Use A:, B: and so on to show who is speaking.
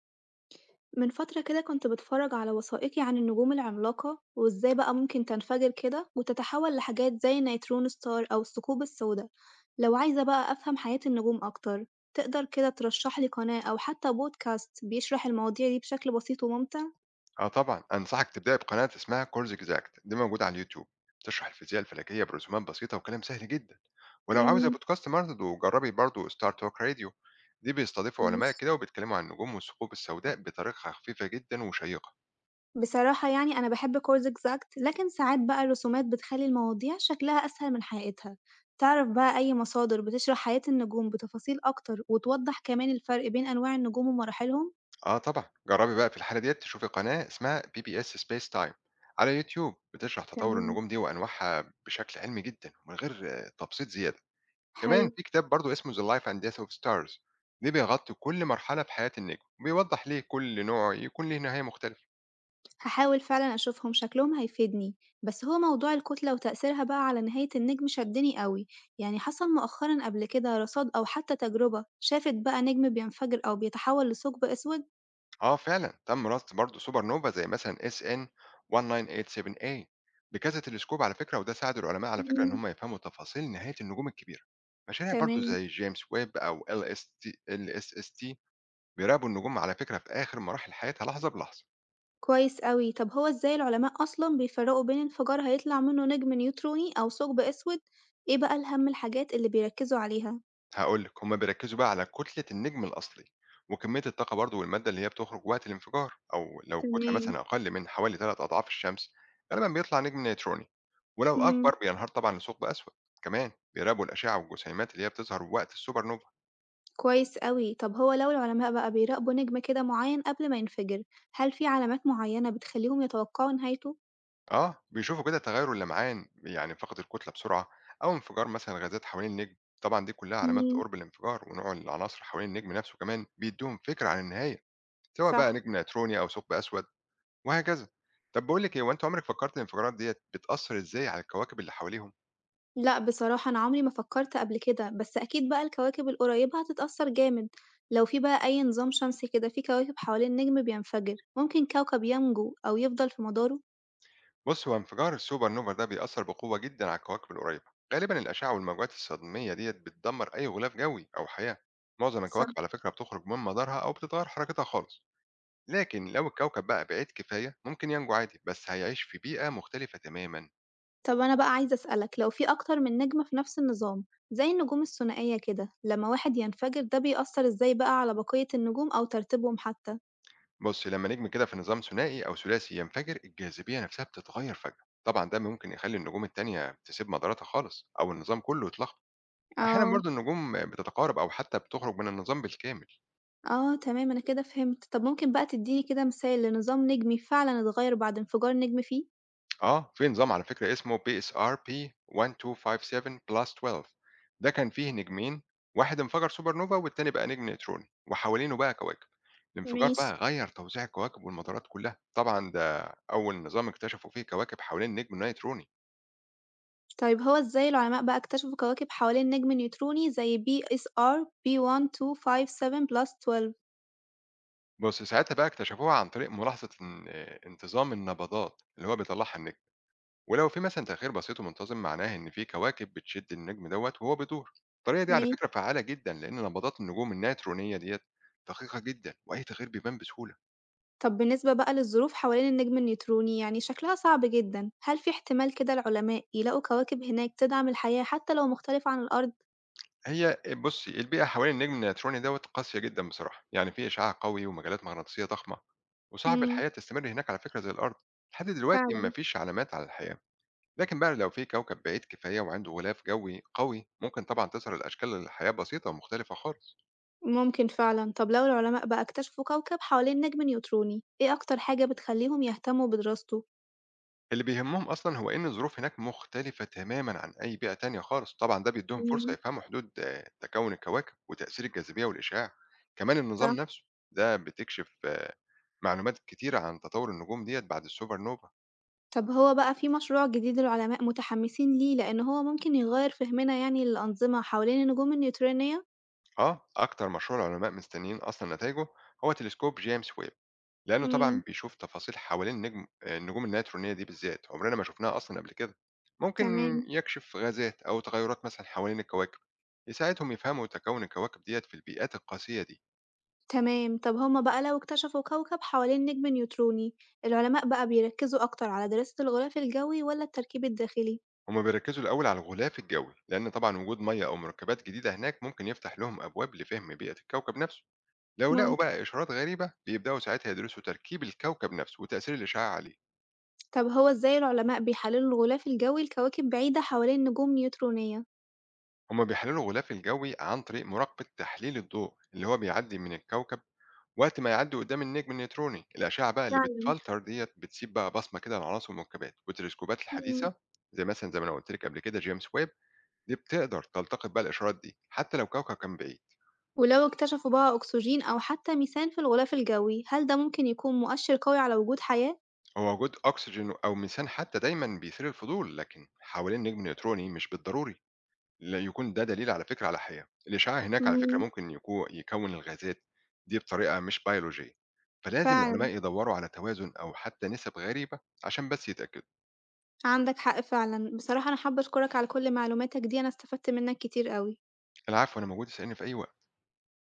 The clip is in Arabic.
A: من فترة كده كنت بتفرج على وثائقي عن النجوم العملاقة وإزاي بقى ممكن تنفجر كده وتتحول لحاجات زي النيترون ستار أو الثقوب السوداء. لو عايزة بقى أفهم حياة النجوم أكتر، تقدر كده ترشحلي قناة أو حتى بودكاست بيشرح المواضيع دي بشكل بسيط وممتع؟
B: آه طبعًا، أنصحك تبدأي بقناة اسمها كورزِك زاكت، دي موجودة على اليوتيوب، بتشرح الفيزياء الفلكية برسومات بسيطة وكلام سهل جدًا، ولو عاوزة
A: مم،
B: بودكاست برضه جربي برضه Star Talk Radio، دي بيستضيفوا علماء
A: ماشي.
B: كده وبيتكلموا عن النجوم والثقوب السوداء بطريقة خفيفة جدًا وشيقة.
A: بصراحة يعني أنا بحب كورز إكزاكت لكن ساعات بقى الرسومات بتخلي المواضيع شكلها أسهل من حقيقتها. تعرف بقى أي مصادر بتشرح حياة النجوم بتفاصيل أكتر وتوضح كمان الفرق بين أنواع النجوم ومراحلهم؟
B: آه طبعًا، جربي بقى في الحالة ديّة تشوفي قناة اسمها PBS Space Time على يوتيوب، بتشرح تطوّر
A: تمام،
B: النجوم دي وأنواعها بشكل علمي جدًا ومن غير تبسيط زيادة.
A: حلو.
B: كمان في كتاب برضه اسمه The Life and Death of Stars ده بيغطي كل مرحلة في حياة النجم وبيوضح ليه كل نوع يكون ليه نهاية مختلفة.
A: هاحاول فعلًا أشوفهم، شكلهم هيفيدني. بس هو موضوع الكتلة وتأثيرها بقى على نهاية النجم شدني أوي، يعني حصل مؤخرًا قبل كده رصاد أو حتى تجربة شافت بقى نجم بينفجر أو بيتحول لثقب أسود؟
B: اه فعلا تم رصد برضه سوبر نوفا زي مثلا اس ان 1987A بكذا تلسكوب على فكرة، وده ساعد العلماء على فكرة ان
A: إمم،
B: هم يفهموا تفاصيل نهاية النجوم الكبيرة. مشاريع برضه
A: تمام،
B: زي جيمس ويب او ال اس تي بيراقبوا النجوم على فكرة في اخر مراحل حياتها لحظة بلحظة.
A: كويس أوي. طب هو إزاي العلماء أصلًا بيفرقوا بين انفجار هيطلع منه نجم نيوتروني أو ثقب أسود؟ إيه بقى الأهم الحاجات اللي بيركزوا عليها؟
B: هقول لك هما بيركزوا بقى على كتلة النجم الأصلي وكمية الطاقة برضو والمادة اللي هي بتخرج وقت الانفجار، أو لو الكتلة
A: تمام،
B: مثلا أقل من حوالي ثلاث أضعاف الشمس غالبا بيطلع نجم نيتروني، ولو
A: إمم.
B: أكبر بينهار طبعا لثقب أسود. كمان بيراقبوا الأشعة والجسيمات اللي هي بتظهر وقت السوبر نوفا.
A: كويس أوي، طب هو لو العلماء بقى بيراقبوا نجم كده معين قبل ما ينفجر، هل في علامات معينة بتخليهم يتوقعوا نهايته؟
B: أه بيشوفوا كده تغير اللمعان، يعني فقد الكتلة بسرعة أو انفجار مثلا غازات حوالين النجم. طبعا دي كلها علامات
A: امم،
B: قرب الانفجار، ونوع العناصر حوالين النجم نفسه كمان بيدوهم فكرة عن النهاية، سواء بقى
A: صح.
B: نجم نيتروني أو ثقب أسود، وهكذا. طب باقول لِك إيه، هو أنتِ عمرِك فكرتِ الانفجارات ديّة بتأثّر إزاي على الكواكب اللي حواليهم؟
A: لأ بصراحة أنا عمري ما فكرت قبل كده، بس أكيد بقى الكواكب القريبة هتتأثر جامد، لو في بقى أي نظام شمسي كده فيه كواكب حوالين نجم بينفجر، ممكن كوكب ينجو أو يفضل في مداره؟
B: بُص، هو انفجار السوبر نوفا ده بيأثّر بقوة جدًا على الكواكب القريبة. غالبًا الأشعة والموجات الصدمية ديّة بتدمّر أي غلاف جوي أو حياة. معظم
A: صح.
B: الكواكب على فكرة بتخرج من مدارها أو بتتغيّر حركتها خالص. لكن لو الكوكب بقى بعيد كفاية ممكن ينجو عادي، بس هيعيش في بيئة مختلفة تمامًا.
A: طب أنا بقى عايزة أسألك لو في أكتر من نجم في نفس النظام زي النجوم الثنائية كده، لما واحد ينفجر ده بيأثر إزاي بقى على بقية النجوم أو ترتيبهم حتى؟
B: بُص، لمّا نجم كده في نظام ثنائي أو ثلاثي ينفجر، الجاذبية نفسها بتتغيّر فجأة. طبعًا ده ممكن يخلّي النجوم التانية تسيب مداراتها خالص أو النظام كُلّه يتلخ. أحيانًا
A: اه
B: برضه النجوم بتتقارب أو حتى بتخرج من النظام بالكامل.
A: آه، تمام، أنا كده فهمت. طب ممكن بقى تدّيني كده مثال لنظام نجمي فعلًا اتغيّر بعد انفجار نجم فيه؟
B: آه، في نظام على فكرة اسمه PSRP 1257+12، ده كان فيه نجمين، واحد انفجر سوبر نوفا والتاني بقى نجم نيوتروني، وحوالينه بقى كواكب. الانفجار
A: ماشي.
B: بقى غيّر توزيع الكواكب والمدارات كلها، طبعًا ده أول نظام اكتشفوا فيه كواكب حوالين النجم النيتروني.
A: طيب هو إزاي العلماء بقى اكتشفوا كواكب حوالين نجم نيوتروني زي BSR B1257+12؟
B: بُص، ساعتها بقى اكتشفوها عن طريق ملاحظة ان انتظام النبضات اللي هو بيطلّعها النجم. ولو في مثلا تأخير بسيط ومنتظم معناه إن في كواكب بتشد النجم دوت وهو بيدور. الطريقة دي على
A: ماشي.
B: فكرة فعالة جدا، لأن نبضات النجوم النيترونية ديت دقيقة جدا وأي تغيير بيبان بسهولة.
A: طب بالنسبة بقى للظروف حوالين النجم النيوتروني يعني شكلها صعب جدًا، هل في احتمال كده العلماء يلاقوا كواكب هناك تدعم الحياة حتى لو مختلفة عن الأرض؟
B: هي بصي البيئة حوالين النجم النيتروني دوت قاسية جدا بصراحة، يعني في إشعاع قوي ومجالات مغناطيسية ضخمة، وصعب
A: إمم،
B: الحياة تستمر هناك على فكرة زي الأرض. لحد دلوقتي
A: فعلًا.
B: مفيش علامات على الحياة، لكن بقى لو في كوكب بعيد كفاية وعنده غلاف جوي قوي ممكن طبعا تظهر الأشكال الحياة بسيطة ومختلفة خالص.
A: ممكن فعلا. طب لو العلماء بقى اكتشفوا كوكب حوالين نجم نيوتروني ايه اكتر حاجة بتخليهم يهتموا بدراسته؟
B: اللي بيهمهم أصلًا هو إن الظروف هناك مختلفة تمامًا عن أي بيئة تانية خالص، طبعًا ده بيدّيهم فرصة
A: مم.
B: يفهموا حدود تكوّن الكواكب وتأثير الجاذبية والإشعاع، كمان
A: ف...
B: النظام نفسه ده بتكشف معلومات كتيرة عن تطوّر النجوم ديّة بعد الSuper Nova.
A: طب هو بقى في مشروع جديد العلماء متحمسين ليه لأن هو ممكن يغير فهمنا يعني للأنظمة حوالين النجوم النيوترونية؟
B: آه، أكتر مشروع العلماء مستنيين أصلًا نتايجه هو تلسكوب جيمس ويب. لإنه طبعًا
A: امم،
B: بيشوف تفاصيل حوالين النجم النجوم النيترونية دي بالذات، عمرنا ما شُفناها أصلًا قبل كده. ممكن
A: تمام.
B: يكشف غازات أو تغيُّرات مثلًا حوالين الكواكب، يساعدهم يفهموا تكوُّن الكواكب ديّة في البيئات القاسية دي.
A: تمام، طب هما بقى لو اكتشفوا كوكب حوالين نجم نيوتروني العلماء بقى بيركزوا أكتر على دراسة الغلاف الجوي ولا التركيب الداخلي؟
B: هُم بيركّزوا الأول على الغلاف الجوي، لإن طبعًا وجود مَيّة أو مُركّبات جديدة هناك ممكن يفتح لهم أبواب لفهم بيئة الكوكب نَفْسه. لو لقوا
A: ممكن.
B: بقى إشارات غريبة، بيبدأوا ساعتها يدرسوا تركيب الكوكب نَفْسه وتأثير الإشعاع عليه.
A: طب هو ازاي العلماء بيحللوا الغلاف الجوي لكواكب بعيدة حوالين نجوم نيوترونية؟
B: هُم بيحلّلوا الغلاف الجوي عن طريق مراقبة تحليل الضوء اللي هو بيعدّي من الكوكب وقت ما يعدّي قدّام النجم النيوتروني، الأشعة بقى اللي بتفلتر ديّة بتسيب بقى بصمة كده للعناصر والمركبات، والتلسكوبات
A: إمم.
B: الحديثة زي مثلًا زي ما أنا قُلت لِك قبل كده جيمس ويب، دي بتقدر تلتقط بقى الإشارات دي، حتى لو كوكب كان بعيد.
A: ولو اكتشفوا بقى أكسجين أو حتى ميثان في الغلاف الجوي، هل ده ممكن يكون مؤشر قوي على وجود حياة؟
B: هو وجود أكسجين أو ميثان حتى دايمًا بيثير الفضول، لكن حوالين نجم نيوتروني مش بالضروري لا يكون ده دليل على فكرة على حياة. الإشعاع هناك على فكرة
A: إمم،
B: ممكن يكوّن الغازات دي بطريقة مش بيولوجية، فلازم
A: فعلًا،
B: العلماء يدوّروا على توازن أو حتى نسب غريبة عشان بس يتأكدوا.
A: عندك حق فعلًا. بصراحة أنا حابة أشكرك على كل معلوماتك دي، أنا استفدت منك كتير أوي.
B: العفو، أنا موجود اسأليني في أي وقت.